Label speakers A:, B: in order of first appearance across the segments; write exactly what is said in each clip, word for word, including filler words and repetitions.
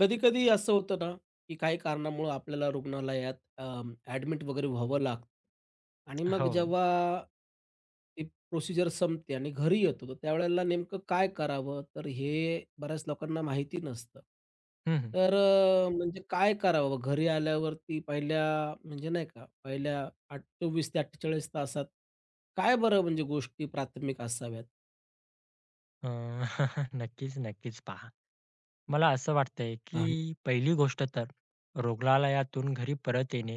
A: कधी-कधी असं होतं ना, की काही कारणामुळं आपल्याला रुग्णालयात अं, ॲडमिट वगैरे व्हावं लागतं आणि मग
B: हो, हो.
A: जेव्हा ती प्रोसिजर संपते आणि घरी येतो, तर त्यावेळेला नेमकं काय करावं? तर हे बऱ्याच लोकांना माहिती नसतं.
B: हं, हं.
A: तर अ, म्हणजे काय करावं? घरी आल्यावरती पहिल्या म्हणजे नाही का, पहिल्या आठ चोवीस ते अठ्ठेचाळीस तासात काय बरं म्हणजे गोष्टी प्राथमिक असाव्यात?
B: अ, नक्कीच, नक्कीच. पहा, मला असं वाटतंय, की
A: हां,
B: पहिली गोष्ट तर रुग्णालयातून घरी परत येणे,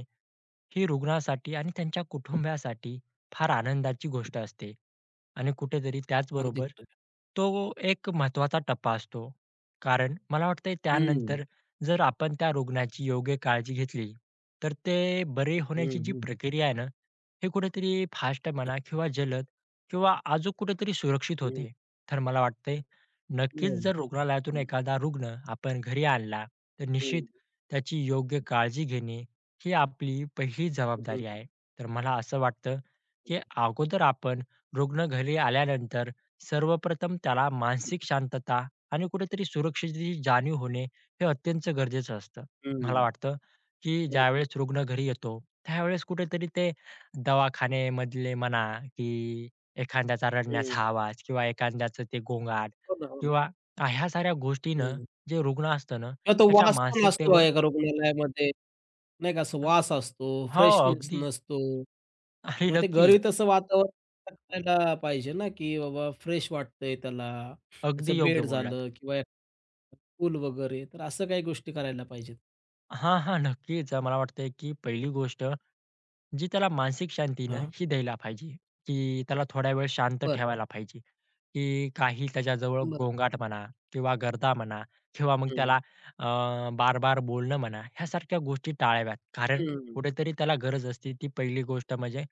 B: ही रुग्णासाठी आणि त्यांच्या कुटुंबासाठी फार आनंदाची गोष्ट असते. आणि कुठेतरी
A: अगदी
B: त्याचबरोबर
A: खरं आहे.
B: तो एक महत्त्वाचा टप्पा असतो. कारण मला वाटतंय
A: हं,
B: त्यानंतर जर आपण त्या रुग्णाची योग्य काळजी घेतली, तर ते बरे
A: हं,
B: होण्याची जी
A: हं.
B: प्रक्रिया आहे ना, हे कुठेतरी फास्ट म्हणा किंवा जलद किंवा आजूक कुठेतरी सुरक्षित
A: हो.
B: होते. तर मला वाटतंय नक्कीच
A: हं,
B: जर रुग्णालयातून
A: हं.
B: एखादा रुग्ण आपण घरी आणला, तर निश्चित
A: हं,
B: त्याची योग्य काळजी घेणे ही आपली पहिली जबाबदारी आहे. तर मला असं वाटतं, की अगोदर आपण रुग्ण घरी आल्यानंतर सर्वप्रथम त्याला मानसिक शांतता आणि कुठेतरी सुरक्षेची जाणीव होणे हे अत्यंत गरजेचं असतं. मला
A: हं.
B: वाटतं, की
A: बरोबर.
B: ज्यावेळेस रुग्ण घरी येतो, त्यावेळेस कुठेतरी ते दवाखानेमधले म्हणा, की एखाद्याचा रडण्याचा
A: हं.
B: आवाज किंवा एखाद्याचं ते गोंगाट
A: हो ना, हो ना.
B: किंवा आ- ह्या साऱ्या गोष्टीनं
A: हं.
B: जे रुग्ण असतं ना,
A: किंवा तो
B: त्याच्या
A: वास पण असतो
B: मानसिकतेवर
A: एका रुग्णालयामध्ये. नाही का, असं
B: ह
A: वास असतो,
B: हो,
A: फ्रेशनेस
B: अगदी
A: नसतो.
B: आणि
A: मग ते
B: नक्की.
A: घरी तसं वातावरण करायला पाहिजे ना, की बाबा फ्रेश वाटतंय त्याला,
B: अगदी
A: त्याचं
B: योग्य
A: बेड
B: बोललात.
A: झालं किंवा पूल वगैरे, तर असं काही गोष्टी करायला पाहिजेत.
B: हां, हां. नक्कीच. मला वाटतंय की पहिली गोष्ट जी त्याला मानसिक शांती ना,
A: हां, हां.
B: ही द्यायला पाहिजे, की त्याला थोडा वेळ शांत
A: बरं,
B: ठेवायला पाहिजे. की काही त्याच्याजवळ
A: बरं.
B: गोंगाट म्हणा किंवा गर्दा म्हणा किंवा मग
A: हं,
B: त्याला अ, बार-बार बोलणं म्हणा, ह्यासारख्या गोष्टी टाळाव्यात.
A: हं,
B: कारण
A: हं,
B: कुठेतरी त्याला गरज असते ती पहिली गोष्ट म्हणजे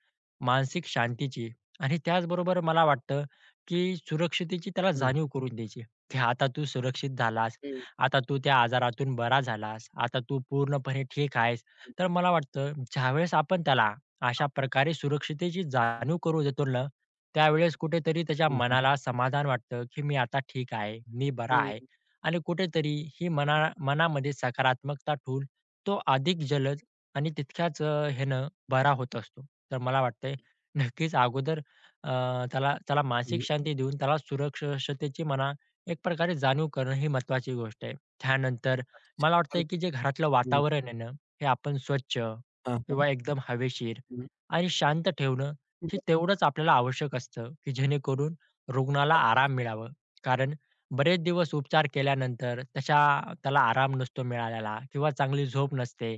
B: मानसिक शांतीची आणि त्याचबरोबर मला वाटतं, की सुरक्षिततेची त्याला
A: हं,
B: जाणीव करून द्यायची, की आता तू सुरक्षित झालास,
A: हं.
B: आता तू त्या आजारातून बरा झालास, आता तू पूर्णपणे ठीक आहेस. तर मला वाटतं ज्यावेळेस आपण त्याला अशा प्रकारे सुरक्षिततेची जाणीव करून देतो ना, त्यावेळेस कुठेतरी त्याच्या
A: हां, हां.
B: मनाला समाधान वाटतं, की मी आता ठीक आहे, मी बरा आहे आणि कुठेतरी ही मना मनामध्ये सकारात्मकता ठेवून तो अधिक जलद आणि तितक्याच अ, ह्यानं बरा होत असतो. तर मला वाटतंय नक्कीच अगोदर अ, त्याला त्याला मानसिक शांती देऊन त्याला सुरक्षिततेची म्हणा एक प्रकारे जाणीव करणं ही महत्त्वाची गोष्ट आहे. त्यानंतर
A: अच्छा, अच्छा.
B: मला वाटतंय, की जे घरातलं
A: अगदी. हं.
B: वातावरण आहे ना, हे आपण स्वच्छ
A: हां, हां.
B: किंवा एकदम हवेशीर
A: हं.
B: आणि शांत ठेवणं हे
A: बरं.
B: तेवढंच आपल्याला आवश्यक असतं, की जेणेकरून रुग्णाला
A: अगदी.
B: आराम मिळावं. कारण बरेच दिवस उपचार केल्यानंतर तशा त्याला आराम नसतो मिळालेला किंवा चांगली झोप नसते.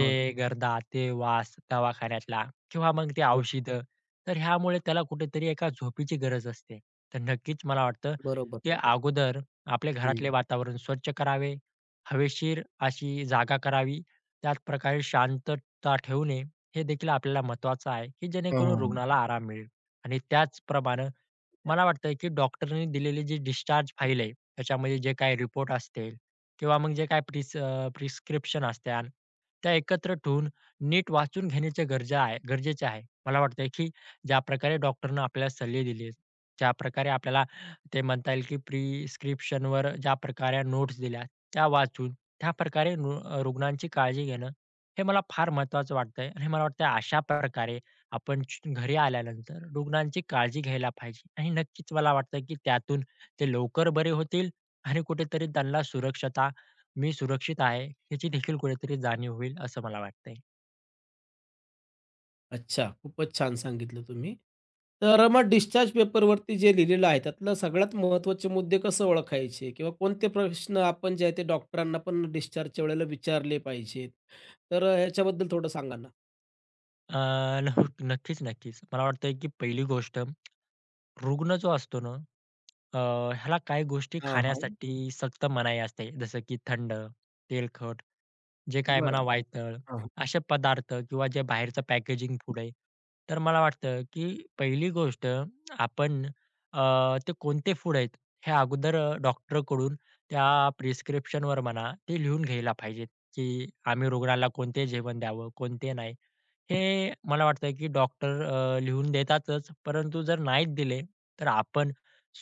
A: हो
B: गर्दा, ते वास दवाखान्यातला किंवा मग ते
A: हो,
B: औषधं. तर ह्यामुळे त्याला कुठेतरी एका झोपीची गरज असते. तर नक्कीच मला वाटतं,
A: बरोबर,
B: की
A: बरोबर.
B: अगोदर आपले घरातले
A: हं.
B: वातावरण स्वच्छ करावे, हवेशीर अशी जागा करावी, त्याचप्रकारे शांतता ठेवणे हे देखील आपल्याला महत्त्वाचं आहे, की
A: हां,
B: जेणेकरून
A: हां.
B: रुग्णाला आराम मिळेल आणि त्याचप्रमाणे मला वाटतं की डॉक्टरनी दिलेली जी डिस्चार्ज फाइल आहे, त्याच्यामध्ये जे काही रिपोर्ट असतील किंवा मग जे काही प्रिस अ, प्रिस्क्रिप्शन असत्याल, त्या एकत्र ठेवून नीट वाचून घेण्याचे गरजा आहे गरजेचे आहे. मला वाटतंय की ज्याप्रकारे डॉक्टरनं आपल्याला सल्ले दिलेत, ज्याप्रकारे आपल्याला ते म्हणता येईल की प्रिस्क्रिप्शनवर ज्याप्रकारे नोट्स दिल्या, त्या वाचून त्याप्रकारे नु अ, रुग्णांची काळजी घेणं, हे मला फार महत्त्वाचं वाटतंय आणि मला वाटतंय अशा प्रकारे आपण च- घरी आल्यानंतर रुग्णांची काळजी घ्यायला पाहिजे आणि नक्कीच मला वाटतं की त्यातून ते लवकर बरे होतील आणि कुठेतरी त्यांना सुरक्षता मी सुरक्षित आहे ह्याची देखील कुठेतरी जाणीव होईल असं मला वाटतंय.
A: अच्छा, खूपच छान सांगितलं तुम्ही. तर मग डिस्चार्ज पेपरवरती जे लिहिलेलं आहे, त्यातलं सगळ्यात महत्त्वाचे मुद्दे कसं ओळखायचे किंवा कोणते प्रश्न आपण जे आहे ते डॉक्टरांना पण डिस्चार्जच्या वेळेला विचारले पाहिजेत? तर अ, ह्याच्याबद्दल थोडं सांगा ना?
B: अं, नह- नक्कीच नक्कीच मला वाटतंय की पहिली गोष्ट रुग्ण जो असतो ना अं, ह्याला काही गोष्टी
A: हां, हां.
B: खाण्यासाठी सक्त मनाई असते जसं की थंड तेलखट जे काय म्हणा
A: बरं.
B: वायतळ,
A: हां, हां.
B: असे पदार्थ किंवा जे बाहेरचं पॅकेजिंग फूड आहे. तर मला वाटतं, की पहिली गोष्ट आपण अ, ते कोणते फूड आहेत, हे अगोदर अ, डॉक्टरकडून त्या प्रिस्क्रिप्शनवर म्हणा, ते लिहून घ्यायला पाहिजेत, की आम्ही रुग्णाला कोणते जेवण द्यावं, कोणते नाही. हे मला वाटतं की डॉक्टर अ, लिहून देतातच, परंतु जर नाहीच दिले, तर आपण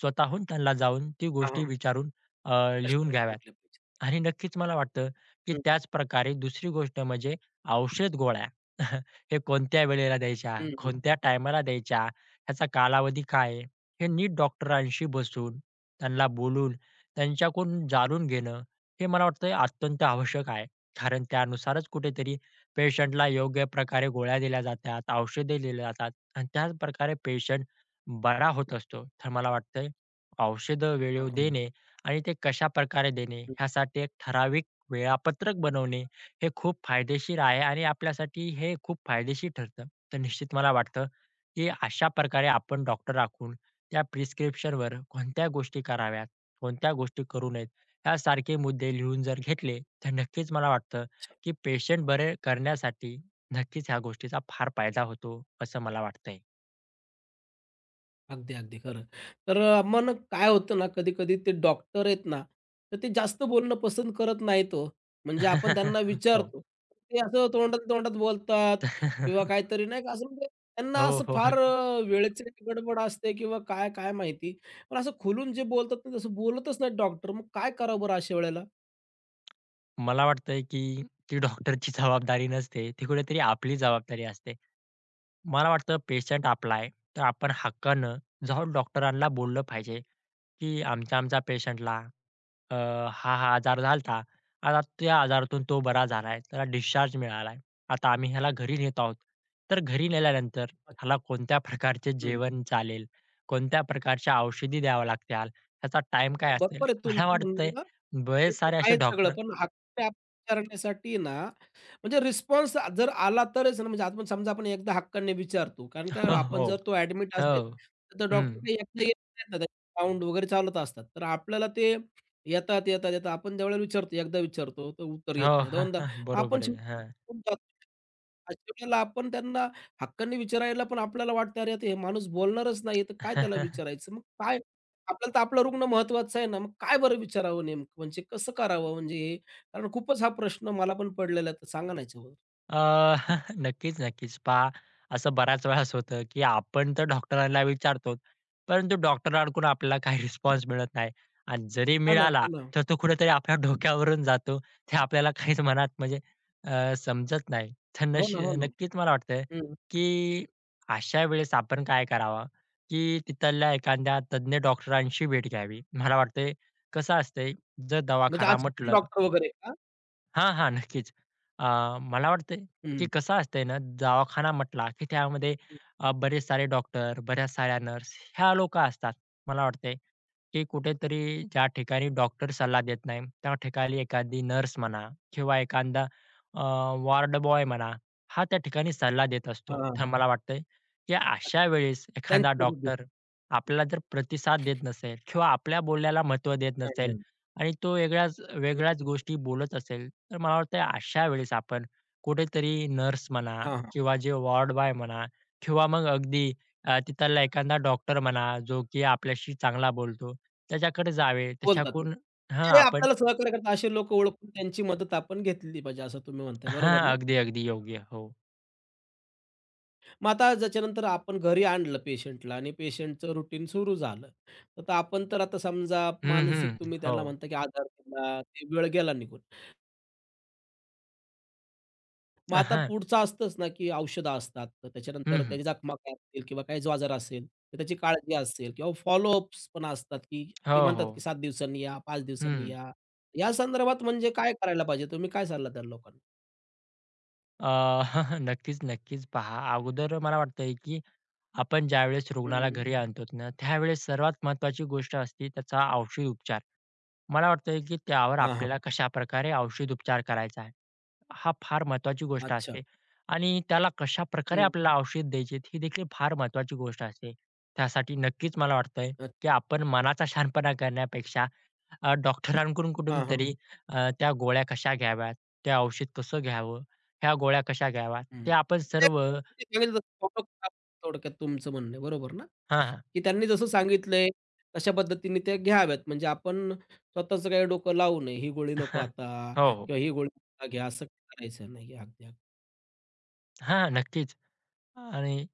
B: स्वतःहून त्यांना जाऊन ती
A: हां, हां.
B: गोष्टी विचारून अ, लिहून
A: प्रश्न विचारले
B: घ्याव्यात.
A: पाहिजेत.
B: आणि नक्कीच मला वाटतं की
A: हं,
B: त्याचप्रकारे दुसरी गोष्ट म्हणजे औषध गोळ्या हे कोणत्या वेळेला द्यायच्या,
A: हं, हं.
B: कोणत्या टायमाला द्यायच्या, ह्याचा कालावधी काय आहे, हे नीट डॉक्टरांशी बसून, त्यांना बोलून, त्यांच्याकडून जाणून घेणं, हे मला वाटतं अत्यंत आवश्यक आहे. कारण त्यानुसारच कुठेतरी पेशंटला योग्य प्रकारे गोळ्या दिल्या जातात, औषधे दिली जातात आणि त्याच प्रकारे पेशंट बरा होत असतो. तर मला वाटतंय औषधं
A: हां,
B: वेळेवर
A: हां.
B: देणे आणि ते कशाप्रकारे देणे ह्यासाठी एक ठराविक वेळापत्रक बनवणे हे खूप फायदेशीर आहे आणि आपल्यासाठी हे खूप फायदेशीर ठरतं. तर निश्चित मला वाटतं, की अशा प्रकारे आपण डॉक्टर राखून त्या प्रिस्क्रिप्शनवर कोणत्या गोष्टी कराव्यात, कोणत्या गोष्टी करू नयेत, यासारखे मुद्दे लिहून जर घेतले, तर नक्कीच मला वाटतं की पेशंट बरे करण्यासाठी नक्कीच ह्या गोष्टीचा फार फायदा होतो, असं मला वाटतंय.
A: अगदी, अगदी खरं. तर अ, मग काय होतं ना, कधी-कधी ते डॉक्टर आहेत ना, तर ते जास्त बोलणं पसंत करत नाहीत तो म्हणजे आपण त्यांना
B: हो.
A: विचारतो, ते असं तोंडात-तोंडात बोलतात किंवा काहीतरी नाही का, असं म्हणजे त्यांना
B: हो,
A: असं
B: हो.
A: फार
B: अगदी.
A: अ, वेळेची गडबड असते किंवा काय, काय माहिती. पण असं खुलून जे बोलतात ना, तसं बोलतच नाहीत डॉक्टर. मग काय करावं बरं अशा वेळेला?
B: मला वाटतंय की ती डॉक्टरची जबाबदारी नसते, ती कुठेतरी आपली जबाबदारी असते. मला वाटतं पेशंट आपला आहे, तर आपण हक्कानं जाऊन डॉक्टरांना बोललं पाहिजे. की आमच्या आमच्या पेशंटला अ, हा हा आजार झाला आता त्या आजारातून तो बरा झालाय. त्याला डिस्चार्ज मिळालाय. आता आम्ही ह्याला घरी नेत आहोत. तर घरी नेल्यानंतर
A: अच्छा.
B: ह्याला कोणत्या प्रकारचे जेवण चालेल? कोणत्या प्रकारच्या औषधी द्याव्या लागतील? ह्याचा टाईम काय असेल?
A: बरोबर आहे
B: मला
A: तुमचं
B: वाटतंय
A: म्हणणं. ते
B: बरेच
A: तर
B: सारे असे
A: आहेच सगळं.
B: डॉक्टर
A: पण हक्क विचारण्यासाठी ना, म्हणजे रिस्पॉन्स जर आला तरच ना, म्हणजे आपण समजा आपण एकदा हक्काने विचारतो. कारण का
B: हो,
A: आपण
B: हो.
A: जर तो ॲडमिट असेल,
B: हो.
A: तर डॉक्टर
B: हं.
A: काही एकटे येत नाहीत ना, त्यांचे राउंड वगैरे चालत असतात. तर आपल्याला ते येतात, येतात, येतात. आपण ज्यावेळेला विचारतो, एकदा विचारतो, तर उत्तर येत
B: हो.
A: नाही. दोनदा आपण
B: बरोबर आहे.
A: शेवटी
B: हां.
A: होऊन जातो. अशा वेळेला आपण त्यांना हक्काने विचारायला पण आपल्याला वाटतं, "अरे, आता हे माणूस बोलणारच नाही, तर काय त्याला विचारायचं?" मग काय आपल्याला तर आपला रुग्ण महत्वाचा आहे ना, मग काय बरं विचारावं नेमकं? म्हणजे कसं करावं म्हणजे हे? कारण खूपच हा प्रश्न मला पण पडलेला आहे, तर सांगा ना याच्यावर.
B: अ, नक्कीच, नक्कीच. पहा, असं बऱ्याच वेळेस होतं, की आपण तर डॉक्टरांना विचारतो, परंतु डॉक्टरांकडून आपल्याला काही रिस्पॉन्स मिळत नाही आणि जरी
A: हां ना,
B: मिळाला,
A: हां ना.
B: तर तो कुठेतरी आपल्या डोक्यावरून जातो. ते आपल्याला काहीच मनात म्हणजे अ, समजत नाही. तर
A: हो ना,
B: नशी
A: हो ना.
B: नक्कीच मला वाटतं,
A: हं.
B: की अशा वेळेस आपण काय करावं, की तिथल्या एखाद्या तज्ञ डॉक्टरांशी भेट घ्यावी. मला वाटतंय कसं असतंय, जर
A: म्हणजे
B: दवाखाना
A: असिस्टंट
B: म्हटलं
A: डॉक्टर वगैरे का?
B: हां, हां. नक्कीच. अ, मला वाटतंय, की
A: हं.
B: कसं असतंय ना, दवाखाना म्हटला, की त्यामध्ये अ, बरेच सारे डॉक्टर, बऱ्याच साऱ्या नर्स ह्या लोकं असतात. मला वाटतंय, की कुठेतरी ज्या ठिकाणी डॉक्टर सल्ला देत नाही, त्या ठिकाणी एखादी नर्स म्हणा किंवा एखादा अ, वॉर्ड बॉय म्हणा, हा त्या ठिकाणी सल्ला देत असतो.
A: हां,
B: तर मला वाटतंय, की अशा वेळेस एखादा
A: त्यांची मदत
B: डॉक्टर
A: घेतली.
B: आपल्याला जर प्रतिसाद देत नसेल किंवा आपल्या बोलण्याला महत्त्व देत
A: हां,
B: नसेल
A: हां.
B: आणि तो वेगळ्याच
A: हं.
B: वेगळ्याच गोष्टी बोलत असेल, तर मला वाटतं अशा वेळेस आपण कुठेतरी नर्स म्हणा
A: हां, हां.
B: किंवा जे वॉर्ड बॉय म्हणा किंवा मग अगदी अ, तिथला एखादा डॉक्टर म्हणा जो की आपल्याशी चांगला बोलतो त्याच्याकडे जावे.
A: बोलतात
B: त्याच्याकडून हां,
A: ते
B: आपण
A: आपल्याला सहकार्य करतात असे लोक ओळखून त्यांची मदत आपण घेतली पाहिजे, असं तुम्ही म्हणताय.
B: हां,
A: बरोबर ना?
B: अगदी, अगदी योग्य. हो.
A: मग आता ज्याच्यानंतर आपण घरी आणलं पेशंटला आणि पेशंटचं रुटीन सुरू झालं. तर आता आपण तर आता समजा
B: हं,
A: मानसिक
B: हं.
A: तुम्ही
B: हो.
A: त्याला म्हणता की आधार दिला, ते वेळ गेला निघून. मग आता
B: हां.
A: पुढचं असतंच ना, की औषधं असतात. तर
B: हं,
A: त्याच्यानंतर
B: हं.
A: त्याची जखमा काय असतील किंवा काही जो आजार असेल, तर त्याची काळजी असेल किंवा फॉलोअप्स पण असतात, की
B: हो,
A: ते म्हणतात
B: हो.
A: की सात दिवसांनी या, पाच दिवसांनी
B: हं,
A: या. या संदर्भात म्हणजे काय करायला पाहिजे? तुम्ही काय सल्ला द्याल लोकांना?
B: अ, नक्कीच, नक्कीच पहा. अगोदर मला वाटतंय की आपण ज्यावेळेस रुग्णाला
A: हं.
B: घरी आणतो ना, त्यावेळेस सर्वात महत्त्वाची गोष्ट असते त्याचा औषध उपचार. मला वाटतंय की त्यावर
A: हां, हां.
B: आपल्याला कशाप्रकारे औषध उपचार करायचा आहे, हा फार महत्त्वाची गोष्ट
A: अच्छा.
B: असते आणि त्याला कशाप्रकारे
A: हं.
B: आपल्याला औषध द्यायचे ही देखील फार महत्त्वाची गोष्ट असते. त्यासाठी नक्कीच मला वाटतंय की
A: अच्छा.
B: आपण मनाचा शहाणपणा करण्यापेक्षा अ, डॉक्टरांकडून
A: हां, हां.
B: कुठूनतरी अ, त्या गोळ्या कशा घ्याव्यात, ते औषध कसं घ्यावं, ह्या गोळ्या कशा घ्याव्यात,
A: हं.
B: ते आपण
A: ते
B: सर्व
A: सांगितलं तसं follow करा थोडक्यात तुमचं म्हणणं आहे, बरोबर ना?
B: हां, हां.
A: की त्यांनी जसं सांगितलंय, तशा पद्धतीने त्या घ्याव्यात. म्हणजे आपण स्वतःचं काही डोकं लावू नये. ही गोळी नको आता
B: हो, हो.
A: किंवा ही गोळी आता घ्या, असं करायचं नाही. अगदी, अगदी.
B: हां, नक्कीच. आणि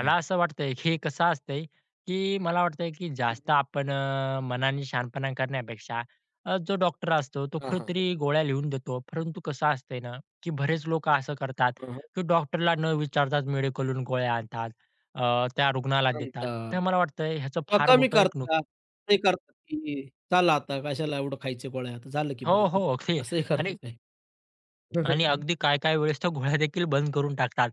A: हं.
B: असं वाटतंय, की हे कसं असतंय, की मला वाटतंय, की
A: हं,
B: जास्त
A: हं.
B: आपण अ, मनाने शहाणपणा करण्यापेक्षा अ, जो डॉक्टर असतो तो
A: हां, हां.
B: कुठेतरी गोळ्या लिहून देतो. परंतु कसं असतंय ना, की बरेच लोकं असं करतात,
A: हां, हां.
B: की डॉक्टरला न विचारताच मेडिकलहून गोळ्या आणतात. अ, त्या रुग्णाला देतात.
A: सांगतात
B: तर मला वाटतंय ह्याचं
A: किंवा
B: फार
A: कमी
B: मोठं एक नुक
A: करतात. ते करतात की चला आता कशाला एवढं खायचे गोळ्या, आता झालं की
B: हो,
A: बरं.
B: हो. ते
A: असंही करतात
B: आणि
A: काही.
B: आणि अगदी काय काही वेळेस तर गोळ्या देखील बंद करून टाकतात.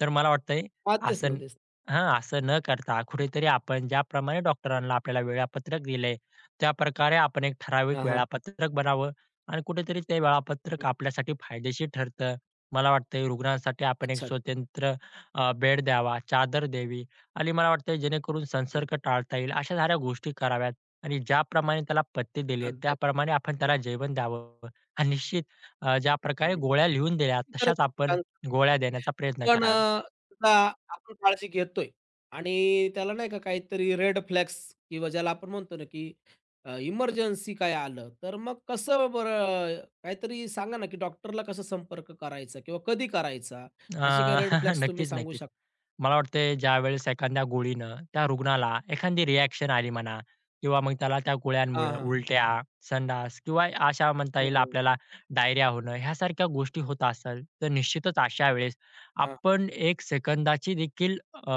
B: तर मला वाटतंय
A: हां, तेच ना,
B: असं
A: तेच.
B: हां, असं न करता कुठेतरी आपण ज्याप्रमाणे डॉक्टरांना आपल्याला वेळापत्रक दिलंय, त्याप्रकारे आपण एक ठराविक
A: हां, हां.
B: वेळापत्रक बनावं आणि कुठेतरी ते वेळापत्रक
A: हं.
B: आपल्यासाठी फायदेशीर ठरतं. मला वाटतंय रुग्णांसाठी आपण एक
A: अच्छा.
B: स्वतंत्र अ, बेड द्यावा, चादर द्यावी आणि मला वाटतंय जेणेकरून
A: हं.
B: संसर्ग टाळता येईल अशा साऱ्या गोष्टी कराव्यात आणि ज्याप्रमाणे त्याला पथ्य दिले
A: अगदी.
B: त्याप्रमाणे आपण त्याला जेवण द्यावं आणि निश्चित अ,
A: हं.
B: ज्याप्रकारे गोळ्या लिहून दिल्या
A: खरंच
B: तशाच
A: खूप
B: आपण
A: छान.
B: गोळ्या देण्याचा प्रयत्न
A: पण अ,
B: करावा.
A: त्याला आपण काळजी घेतोय आणि त्याला नाही का काहीतरी रेड फ्लॅग्स किंवा ज्याला आपण म्हणतो ना, की इमर्जन्सी काय आलं, तर मग कसं बरं काहीतरी सांगा ना, की डॉक्टरला कसा संपर्क करायचा किंवा कधी करायचा?
B: अ,
A: असे काही रेड फ्लॅग्स तुम्ही
B: नक्कीच,
A: सांगू
B: नक्कीच.
A: शकता?
B: मला वाटतंय ज्यावेळेस एखाद्या गोळीनं त्या रुग्णाला एखादी रिएक्शन आली म्हणा किंवा मग त्याला त्या
A: हां,
B: गोळ्यांमुळे
A: हां.
B: उलट्या, संडास किंवा अशा म्हणता येईल
A: हो.
B: आपल्याला डायरिया होणं ह्यासारख्या गोष्टी होत असेल, तर निश्चितच अशा वेळेस
A: हां,
B: आपण एक सेकंदाची देखील अ,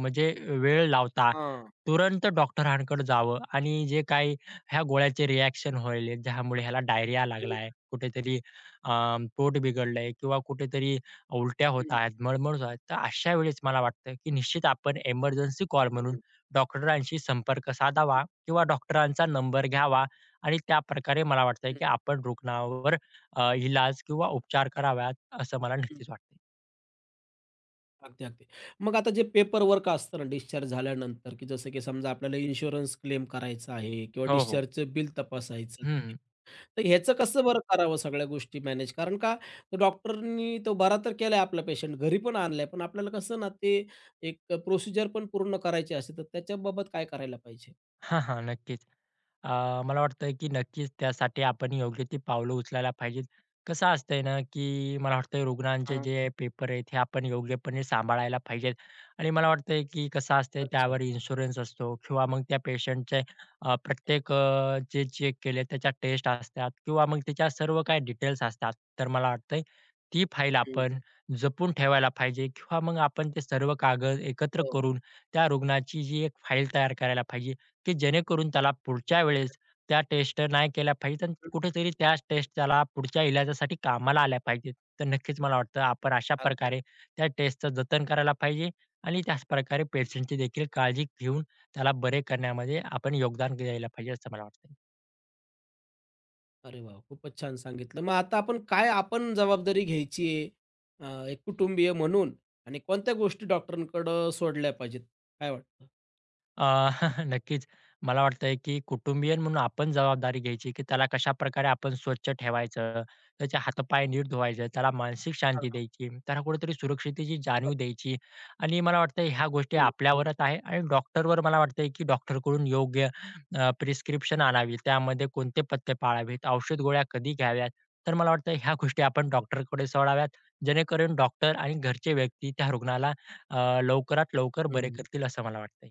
B: म्हणजे वेळ लावता
A: हां.
B: तुरंत डॉक्टरांकडे जावं आणि जे काही ह्या गोळ्याचे रिएक्शन होईल, ज्यामुळे ह्याला डायरिया
A: हं,
B: लागलाय, कुठेतरी अ, पोट बिघडलंय किंवा कुठेतरी उलट्या होत
A: हं,
B: आहेत, मळमळ होत आहेत. तर अशा वेळेस मला वाटतं, की निश्चित आपण एमर्जन्सी कॉल म्हणून
A: हं.
B: डॉक्टरांशी संपर्क साधावा किंवा डॉक्टरांचा नंबर घ्यावा आणि त्याप्रकारे मला वाटतं,
A: हं,
B: की
A: हं.
B: आपण रुग्णावर अ, इलाज किंवा उपचार कराव्यात, असं मला नक्कीच वाटतं.
A: अगदी, अगदी. मग आता जे पेपर वर्क असतं ना डिस्चार्ज झाल्यानंतर, की जसं की समजा आपल्याला इन्शुरन्स क्लेम करायचा आहे किंवा
B: हो, हो.
A: डिस्चार्जचं बिल तपासायचं,
B: हं, हं.
A: तर ह्याचं कसं बरं करावं सगळ्या गोष्टी मॅनेज? कारण का तो डॉक्टरनी तो बरा तर केलाय आपला पेशंट, घरी पण आणलाय, पण आपल्याला कसं ना ते एक अ, प्रोसिजर पण पूर्ण करायची असते, तर त्याच्याबाबत काय करायला पाहिजे?
B: हां, नक्कीच. अ, मला वाटतंय की नक्कीच त्यासाठी आपण योग्य ती पावलं उचलायला पाहिजेत. कसं असतंय ना, की मला वाटतंय रुग्णांचे
A: हां.
B: जे पेपर आहेत, हे आपण योग्यपणे सांभाळायला पाहिजेत. आणि मला वाटतंय की कसं असतंय
A: अच्छा.
B: त्यावर इन्शुरन्स असतो किंवा मग त्या पेशंटचे अ, प्रत्येक अ, जे चेक केले त्याच्या टेस्ट असतात किंवा मग त्याच्या सर्व काही डिटेल्स असतात. तर मला वाटतंय ती फाईल
A: हं.
B: आपण जपून ठेवायला पाहिजे किंवा मग आपण ते सर्व कागद एकत्र
A: हो.
B: करून त्या रुग्णाची जी एक फाईल तयार करायला पाहिजे. की जेणेकरून त्याला पुढच्या वेळेस त्या टेस्ट नाही केल्या पाहिजेत आणि कुठेतरी त्या टेस्ट त्याला पुढच्या इलाजासाठी कामाला आल्या पाहिजेत. तर नक्कीच मला वाटतं आपण अशा
A: अगदी.
B: प्रकारे त्या टेस्टचं जतन करायला पाहिजे आणि त्याच प्रकारे पेशंटची देखील काळजी घेऊन त्याला बरे करण्यामध्ये आपण योगदान द्यायला पाहिजे असं मला वाटतं.
A: अरे वाह! खूपच छान सांगितलं. मग आता आपण काय आपण जबाबदारी घ्यायची आहे, अ, एक कुटुंबीय म्हणून आणि कोणत्या गोष्टी डॉक्टरांकडं सोडल्या पाहिजेत? काय वाटतं?
B: अ, नक्कीच. मला वाटतंय, की कुटुंबीय म्हणून आपण जबाबदारी घ्यायची, की त्याला कशाप्रकारे आपण स्वच्छ ठेवायचं, त्याचे हातपाय नीट धुवायचे, त्याला मानसिक
A: हां,
B: शांती
A: हां.
B: द्यायची, त्याला कुठेतरी सुरक्षिततेची जाणीव द्यायची आणि मला वाटतं ह्या गोष्टी
A: हं,
B: आपल्यावरच आहे आणि डॉक्टरवर मला वाटतंय, की डॉक्टरकडून योग्य अ, प्रिस्क्रिप्शन आणावी. त्यामध्ये कोणते पथ्य पाळावेत, औषध गोळ्या कधी घ्याव्यात. तर मला वाटतं ह्या गोष्टी आपण डॉक्टरकडे सोडाव्यात, जेणेकरून डॉक्टर आणि घरचे व्यक्ती त्या रुग्णाला अ, लवकरात लवकर बरे करतील असं मला वाटतंय.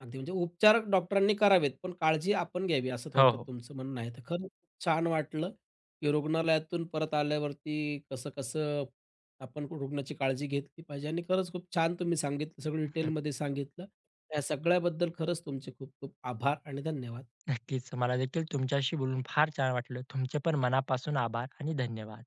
A: अगदी म्हणजे उपचार डॉक्टरांनी करावेत, पण काळजी आपण घ्यावी असं
B: हो,
A: थोडक्यात
B: हो.
A: तुमचं म्हणणं आहे. तर खरंच खूप छान वाटलं, की रुग्णालयातून परत आल्यावरती कसं-कसं आपण कु- रुग्णाची काळजी घेतली पाहिजे आणि खरंच खूप छान तुम्ही सांगितलं, सगळं
B: हं.
A: डिटेलमध्ये सांगितलं. या सगळ्याबद्दल खरंच तुमचे खूप खूप आभार आणि धन्यवाद.
B: नक्कीच. मला देखील तुमच्याशी बोलून फार छान वाटलं. तुमचे पण मनापासून आभार आणि धन्यवाद.